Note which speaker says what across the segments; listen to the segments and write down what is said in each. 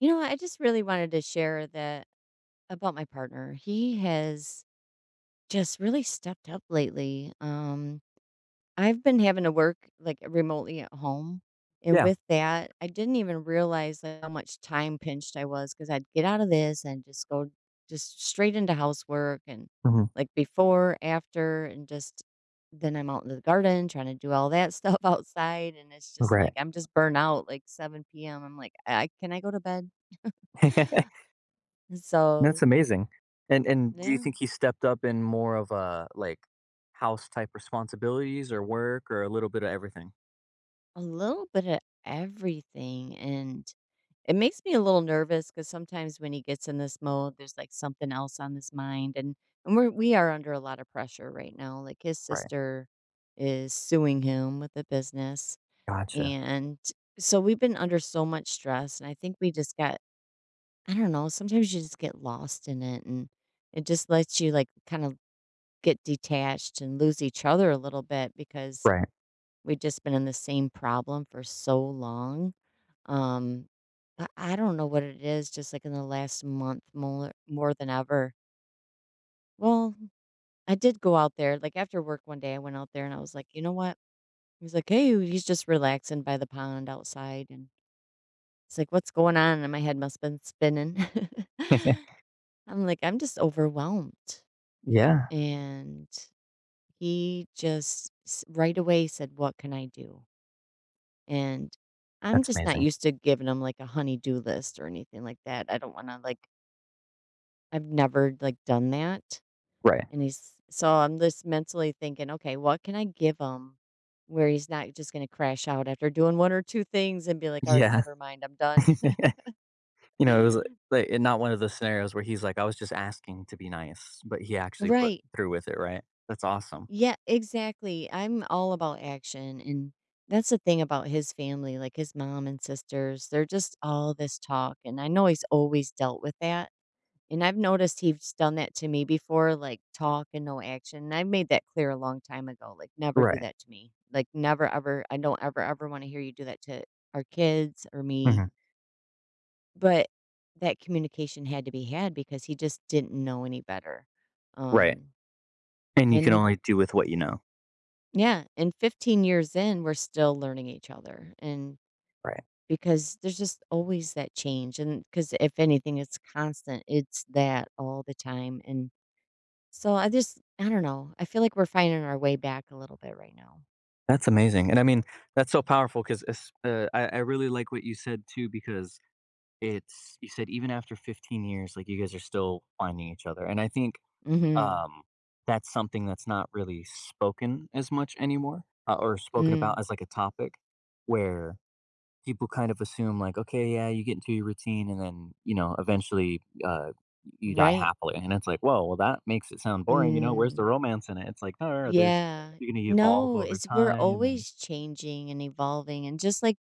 Speaker 1: You know, I just really wanted to share that about my partner. He has just really stepped up lately. I've been having to work like remotely at home. And
Speaker 2: Yeah.
Speaker 1: with that, I didn't even realize like how much time pinched I was, because I'd get out of this and just go just straight into housework and
Speaker 2: Mhm.
Speaker 1: like before, after, and just then I'm out in the garden trying to do all that stuff outside. And it's just like,
Speaker 2: Right.
Speaker 1: I'm just burnt out like 7 p.m. I'm like, I, can I go to bed? So,
Speaker 2: That's amazing. And do you
Speaker 1: yeah,
Speaker 2: think he stepped up in more of a, house type responsibilities or work or a little bit of everything?
Speaker 1: a little bit of everything. And it makes me a little nervous because sometimes when he gets in this mode, there's like something else on his mind. And we are under a lot of pressure right now. Like his
Speaker 2: Right.
Speaker 1: sister is suing him with a business.
Speaker 2: Gotcha.
Speaker 1: And so we've been under so much stress. And I think we just got, I don't know, sometimes you just get lost in it and it just lets you like kind of get detached and lose each other a little bit because
Speaker 2: Right.
Speaker 1: we've just been in the same problem for so long. Um, I don't know what it is, just like in the last month more than ever. Well, I did go out there, like after work one day, I went out there and I was like, you know what? He's like, hey, he's just relaxing by the pond outside. And it's like, what's going on? And my head must have been spinning. I'm like, I'm just overwhelmed.
Speaker 2: Yeah.
Speaker 1: And he just right away said, what can I do? And I'm
Speaker 2: That's
Speaker 1: just not
Speaker 2: amazing.
Speaker 1: used to giving them like a honey-do list or anything like that. I don't want to like I've never like done that.
Speaker 2: Right.
Speaker 1: And he's so I'm just mentally thinking, okay, what can I give him where he's not just going to crash out after doing one or two things and be like, all right,
Speaker 2: Yeah.
Speaker 1: never mind, I'm done.
Speaker 2: You know, it was, and not one of those scenarios where he's like, "I was just asking to be nice," but he actually put
Speaker 1: Right.
Speaker 2: through with it, right? That's awesome.
Speaker 1: Yeah, exactly. I'm all about action. And that's the thing about his family, like his mom and sisters, they're just all this talk. And I know he's always dealt with that. And I've noticed he's done that to me before, like talk and no action, and I made that clear a long time ago, like, "Never do
Speaker 2: Right.
Speaker 1: that to me. Like, never ever, I don't ever, ever wanna hear you do that to our kids or me."
Speaker 2: Mhm.
Speaker 1: But that communication had to be had because he just didn't know any better.
Speaker 2: Right.
Speaker 1: Um,
Speaker 2: And you can
Speaker 1: and
Speaker 2: only do with what you know.
Speaker 1: yeah, and 15 years in, we're still learning each other, and
Speaker 2: Right.
Speaker 1: because there's just always that change, and because if anything, it's constant, it's that all the time. And so I just I don't know. I feel like we're finding our way back a little bit right now.
Speaker 2: That's amazing, and I mean, that's so powerful because I really like what you said too because it's you said even after 15 years, like, you guys are still finding each other, and I think,
Speaker 1: Mhm.
Speaker 2: um, that's something that's not really spoken as much anymore, or spoken about
Speaker 1: Mm.
Speaker 2: as, like, a topic where people kind of assume, like, "Okay, yeah, you get into your routine and then, you know, eventually, you die
Speaker 1: Right?
Speaker 2: happily," and it's like, "Whoa, well, that makes it sound boring, you know, where's the
Speaker 1: Mm.
Speaker 2: romance in it?" It's like, "No, no, no, there's
Speaker 1: Yeah.
Speaker 2: you're gonna evolve
Speaker 1: No,
Speaker 2: over
Speaker 1: it's we're
Speaker 2: time and."
Speaker 1: always changing and evolving and just like,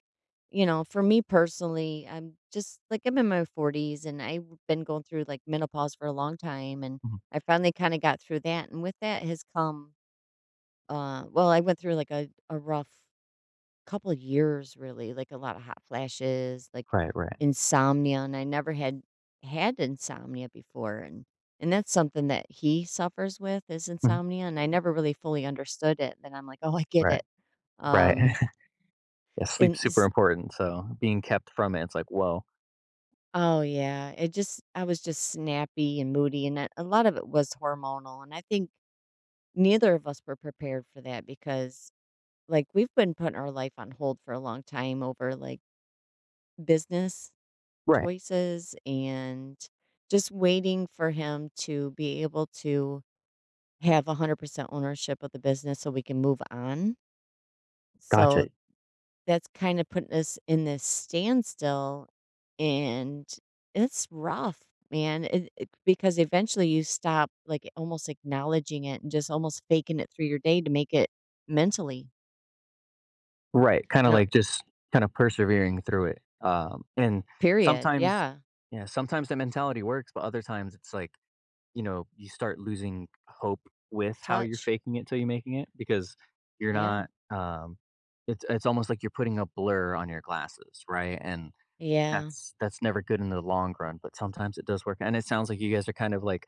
Speaker 1: you know, for me personally, I'm just like I'm in my 40s and I've been going through like menopause for a long time, and
Speaker 2: Mhm.
Speaker 1: I finally kind of got through that, and with that has come well, I went through like a rough couple of years really, like a lot of hot flashes, like
Speaker 2: Right, right.
Speaker 1: insomnia, and I never had had insomnia before, and that's something that he suffers with, is
Speaker 2: Mhm.
Speaker 1: insomnia, and I never really fully understood it. Then I'm like, "Oh, I get it."
Speaker 2: Right, right.
Speaker 1: Um
Speaker 2: Yeah,
Speaker 1: and
Speaker 2: sleep's super
Speaker 1: just,
Speaker 2: important, so being kept from it, it's like, "Whoa."
Speaker 1: oh yeah, it just I was just snappy and moody, and that, a lot of it was hormonal, and I think neither of us were prepared for that, because like we've been putting our life on hold for a long time over like business
Speaker 2: Right.
Speaker 1: choices and just waiting for him to be able to have 100% ownership of the business so we can move on. So
Speaker 2: Gotcha.
Speaker 1: that's kind of putting us in this standstill, and it's rough, man. Because eventually you stop like almost acknowledging it and just almost faking it through your day to make it mentally.
Speaker 2: Right,
Speaker 1: I
Speaker 2: kinda
Speaker 1: don't,
Speaker 2: like just kinda persevering through it, and
Speaker 1: period.
Speaker 2: sometimes
Speaker 1: Yeah.
Speaker 2: yeah, sometimes that mentality works, but other times it's like, you know, you start losing hope with how you're
Speaker 1: Touch.
Speaker 2: faking it till you're making it because you're
Speaker 1: Yeah.
Speaker 2: not, it's almost like you're putting a blur on your glasses, right? And
Speaker 1: Yeah.
Speaker 2: that's never good in the long run, but sometimes it does work, and it sounds like you guys are kind of, like,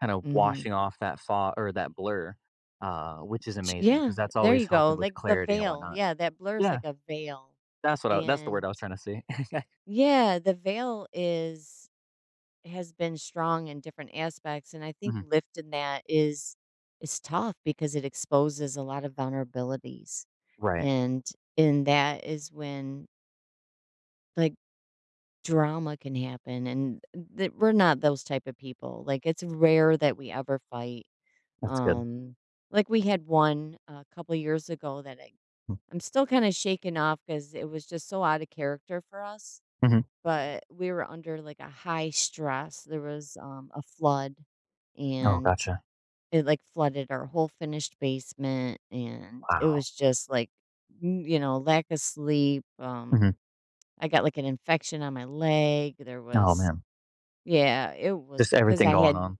Speaker 2: kinda
Speaker 1: Mhm.
Speaker 2: washing off that fog or that blur, which is
Speaker 1: Ch
Speaker 2: amazing
Speaker 1: Yeah,
Speaker 2: because that's
Speaker 1: there you
Speaker 2: always
Speaker 1: go,
Speaker 2: helping with
Speaker 1: like the
Speaker 2: clarity and
Speaker 1: veil,
Speaker 2: whatnot.
Speaker 1: yeah, that blurs
Speaker 2: Yeah,
Speaker 1: like a veil,
Speaker 2: that's what I that's the word
Speaker 1: and
Speaker 2: I was trying to see.
Speaker 1: yeah, the veil is has been strong in different aspects, and I think
Speaker 2: Mhm.
Speaker 1: lifting that is tough because it exposes a lot of vulnerabilities,
Speaker 2: Right.
Speaker 1: and and that is when, like, drama can happen, and th we're not those type of people, like, it's rare that we ever fight.
Speaker 2: That's good.
Speaker 1: um, like, we had one a couple years ago that
Speaker 2: Mm.
Speaker 1: I'm still kinda shaken off because it was just so out of character for us,
Speaker 2: Mhm.
Speaker 1: but we were under, like, a high stress. There was, a flood,
Speaker 2: Oh,
Speaker 1: and
Speaker 2: gotcha.
Speaker 1: it, like, flooded our whole finished basement, and it
Speaker 2: Wow.
Speaker 1: was just, like, n you know, lack of sleep.
Speaker 2: Mhm.
Speaker 1: I got, like, an infection on my leg. There
Speaker 2: Oh,
Speaker 1: was
Speaker 2: man.
Speaker 1: yeah, it was
Speaker 2: Just
Speaker 1: because
Speaker 2: everything
Speaker 1: I
Speaker 2: going
Speaker 1: had
Speaker 2: on.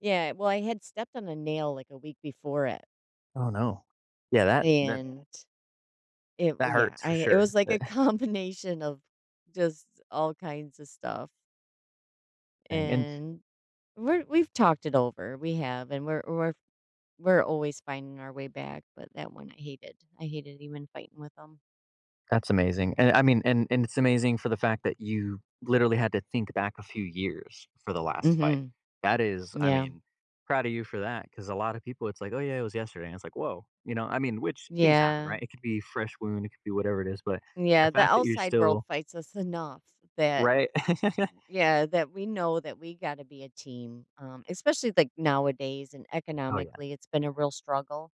Speaker 1: yeah, well, I had stepped on a nail, like, a week before it,
Speaker 2: Oh, no. Yeah, that
Speaker 1: and It w
Speaker 2: that
Speaker 1: yeah,
Speaker 2: hurts
Speaker 1: I
Speaker 2: for
Speaker 1: it
Speaker 2: sure,
Speaker 1: was like a
Speaker 2: that
Speaker 1: combination of just all kinds of stuff,
Speaker 2: thing, and
Speaker 1: and we've talked it over, we have, and we're always finding our way back, but that one I hated. I hated even fighting with him.
Speaker 2: that's amazing, and I mean, and it's amazing for the fact that you literally had to think back a few years for the last fight.
Speaker 1: Mhm.
Speaker 2: That is, I
Speaker 1: Yeah.
Speaker 2: mean, proud of you for that because a lot of people, it's like, oh yeah, it was yesterday, and it's like, whoa, you know, I mean, which things happen,
Speaker 1: Yeah.
Speaker 2: right? It could be fresh wound, it could be whatever it is, but
Speaker 1: Yeah,
Speaker 2: the
Speaker 1: the
Speaker 2: fact that you're
Speaker 1: outside world
Speaker 2: still
Speaker 1: fights us enough that
Speaker 2: right. Oh
Speaker 1: yeah, that we know that we gotta be a team, especially, like, nowadays, and
Speaker 2: yeah,
Speaker 1: economically, it's been a real struggle.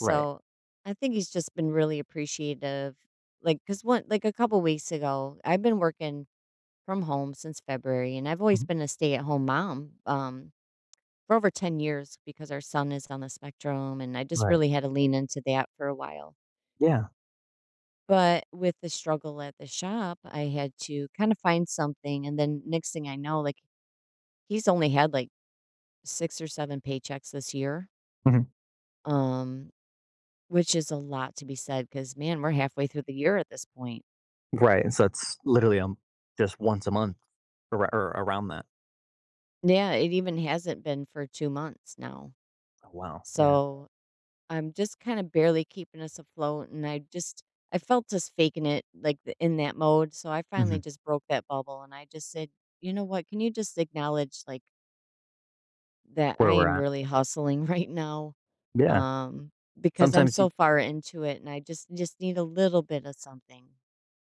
Speaker 2: right.
Speaker 1: I think he's just been really appreciative, like because one like, a couple weeks ago, I've been working from home since February, and I've always
Speaker 2: Mhm.
Speaker 1: been a stay-at-home mom, for over 10 years because our son is on the spectrum, and I just
Speaker 2: Right,
Speaker 1: really had to lean into that for a while.
Speaker 2: yeah.
Speaker 1: But with the struggle at the shop, I had to kinda find something, and then next thing I know, like, he's only had, like, 6 or 7 paychecks this year,
Speaker 2: Mhm.
Speaker 1: um, which is a lot to be said. Because man, we're halfway through the year at this point.
Speaker 2: Right. So it's literally just once a month or around that.
Speaker 1: Yeah, it even hasn't been for 2 months now.
Speaker 2: Oh, wow, yeah.
Speaker 1: So, I'm just kinda barely keeping us afloat, and I just I felt just faking it, like, the in that mode, so I finally
Speaker 2: Hmm.
Speaker 1: just broke that bubble, and I just said, "You know what? Can you just acknowledge, like, that I
Speaker 2: Where we're
Speaker 1: am
Speaker 2: at.
Speaker 1: really hustling right now?"
Speaker 2: Yeah,
Speaker 1: Um, because I'm
Speaker 2: sometimes
Speaker 1: so
Speaker 2: you
Speaker 1: far into it, and I just need a little bit of something.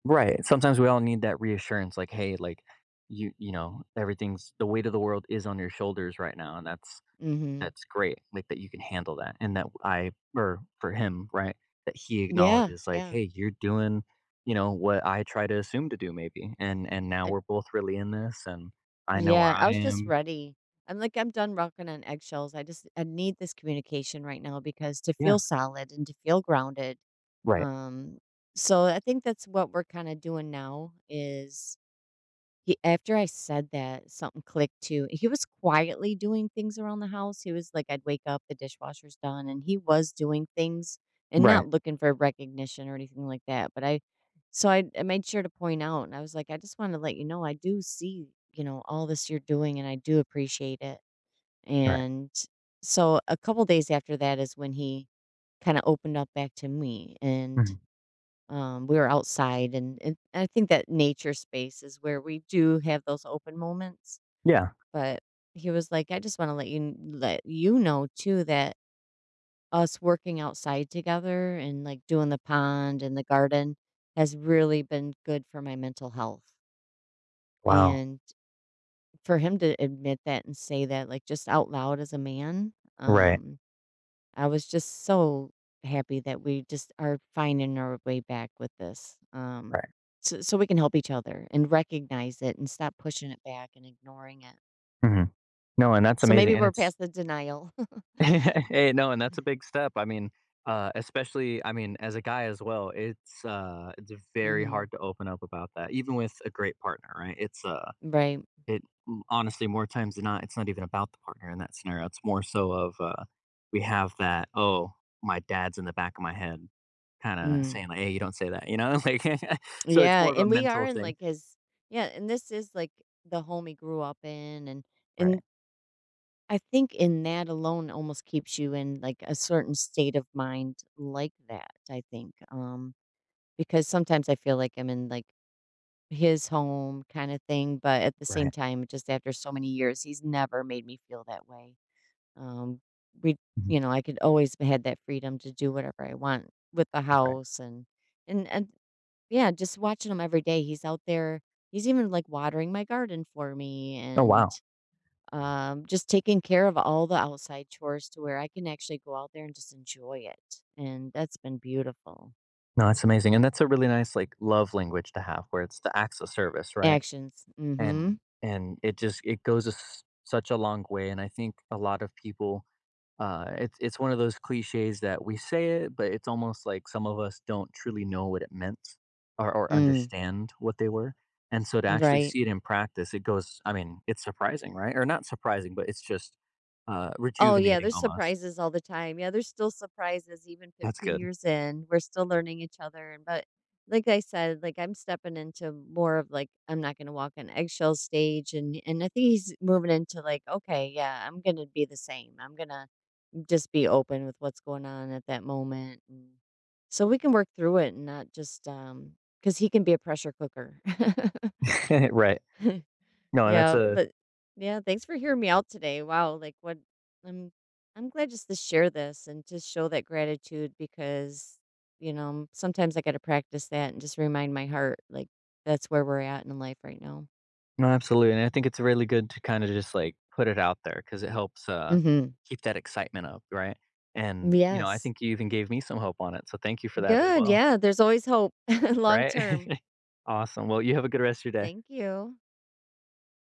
Speaker 2: right. Sometimes we all need that reassurance, like, hey, like you know, everything's the weight of the world is on your shoulders right now, and
Speaker 1: Mhm.
Speaker 2: that's great. Like that you can handle that. And that I or for him, right? That he
Speaker 1: Yeah,
Speaker 2: acknowledges like,
Speaker 1: yeah.
Speaker 2: hey, you're doing, you know, what I try to assume to do maybe. And now
Speaker 1: I
Speaker 2: we're both really in this and I know where
Speaker 1: yeah, I
Speaker 2: I
Speaker 1: was just
Speaker 2: am.
Speaker 1: ready. I'm like, I'm done walking on eggshells. I just I need this communication right now because to
Speaker 2: Yeah.
Speaker 1: feel solid and to feel grounded.
Speaker 2: Right.
Speaker 1: Um, so I think that's what we're kind of doing now is he after I said that, something clicked too. He was quietly doing things around the house. He was like, I'd wake up, the dishwasher's done, and he was doing things and not
Speaker 2: Right.
Speaker 1: looking for recognition or anything like that. So I made sure to point out, and I was like, I just want to let you know, I do see, you know, all this you're doing, and I do appreciate it.
Speaker 2: Right.
Speaker 1: And so a couple days after that is when he kind of opened up back to me, and
Speaker 2: Mhm.
Speaker 1: we were outside, and I think that nature space is where we do have those open moments.
Speaker 2: Yeah.
Speaker 1: But he was like, I just want to let you let you know too that us working outside together and like doing the pond and the garden has really been good for my mental health.
Speaker 2: Wow.
Speaker 1: And for him to admit that and say that like just out loud as a man,
Speaker 2: Right.
Speaker 1: um, I was just so happy that we just are finding our way back with this.
Speaker 2: Right.
Speaker 1: So, so we can help each other and recognize it and stop pushing it back and ignoring it.
Speaker 2: Hmm. No, and that's
Speaker 1: So maybe
Speaker 2: amazing. And
Speaker 1: we're
Speaker 2: it's
Speaker 1: past the denial.
Speaker 2: hey, no, and that's a big step. I mean, especially, I mean, as a guy as well, it's very
Speaker 1: hmm
Speaker 2: hard to open up about that, even with a great partner, right? It's
Speaker 1: Right.
Speaker 2: it m- honestly more times than not, it's not even about the partner in that scenario. It's more so of we have that. Oh, my dad's in the back of my head, kind of
Speaker 1: Mm.
Speaker 2: saying like, "Hey, you don't say that," you know, like. So it's
Speaker 1: Yeah.
Speaker 2: more of a
Speaker 1: And we are
Speaker 2: mental
Speaker 1: in
Speaker 2: thing.
Speaker 1: like his, yeah. And this is like the home he grew up in. And
Speaker 2: Right.
Speaker 1: I think in that alone almost keeps you in like a certain state of mind like that. I think, because sometimes I feel like I'm in like his home kinda thing, but at the same
Speaker 2: Right.
Speaker 1: time, just after so many years, he's never made me feel that way. Um, we
Speaker 2: Mhm.
Speaker 1: you know, I could always had that freedom to do whatever I want with the
Speaker 2: Right.
Speaker 1: house and yeah, just watching him every day, he's out there. He's even, like, watering my garden for me,
Speaker 2: Oh
Speaker 1: and,
Speaker 2: wow.
Speaker 1: just taking care of all the outside chores to where I can actually go out there and just enjoy it, and that's been beautiful.
Speaker 2: No, that's amazing, and that's a really nice like love language to have, where it's the acts of service, right?
Speaker 1: Actions.
Speaker 2: And
Speaker 1: Mhm.
Speaker 2: and it just it goes a s such a long way, and I think a lot of people, it's one of those cliches that we say it, but it's almost like some of us don't truly know what it meant or
Speaker 1: Mm.
Speaker 2: understand what they were. And so to actually
Speaker 1: Right.
Speaker 2: see it in practice, it goes I mean, it's surprising, right? Or not surprising, but it's just,
Speaker 1: Oh, yeah,
Speaker 2: rejuvenating
Speaker 1: there's
Speaker 2: almost.
Speaker 1: surprises all the time. Yeah, there's still surprises even
Speaker 2: That's
Speaker 1: 15
Speaker 2: good.
Speaker 1: years in. We're still learning each other. And but like I said, like I'm stepping into more of like I'm not gonna walk on eggshell stage, and I think he's moving into like, okay, yeah, I'm gonna be the same. I'm gonna just be open with what's going on at that moment. And so we can work through it and not just because he can be a pressure cooker.
Speaker 2: Right. No, and that's
Speaker 1: Yeah,
Speaker 2: a
Speaker 1: but yeah, thanks for hearing me out today. Wow, like what I'm I'm glad just to share this and to show that gratitude because you know, sometimes I got to practice that and just remind my heart like that's where we're at in life right now.
Speaker 2: No, absolutely, and I think it's really good to kinda just, like, put it out there because it helps,
Speaker 1: Mhm.
Speaker 2: keep that excitement up, right? And, you know, I
Speaker 1: Yes.
Speaker 2: think you even gave me some hope on it, so thank you for that as
Speaker 1: Good.
Speaker 2: well,
Speaker 1: Yeah, there's always hope long
Speaker 2: right?
Speaker 1: term.
Speaker 2: Awesome, well, you have a good rest of your day.
Speaker 1: Thank you.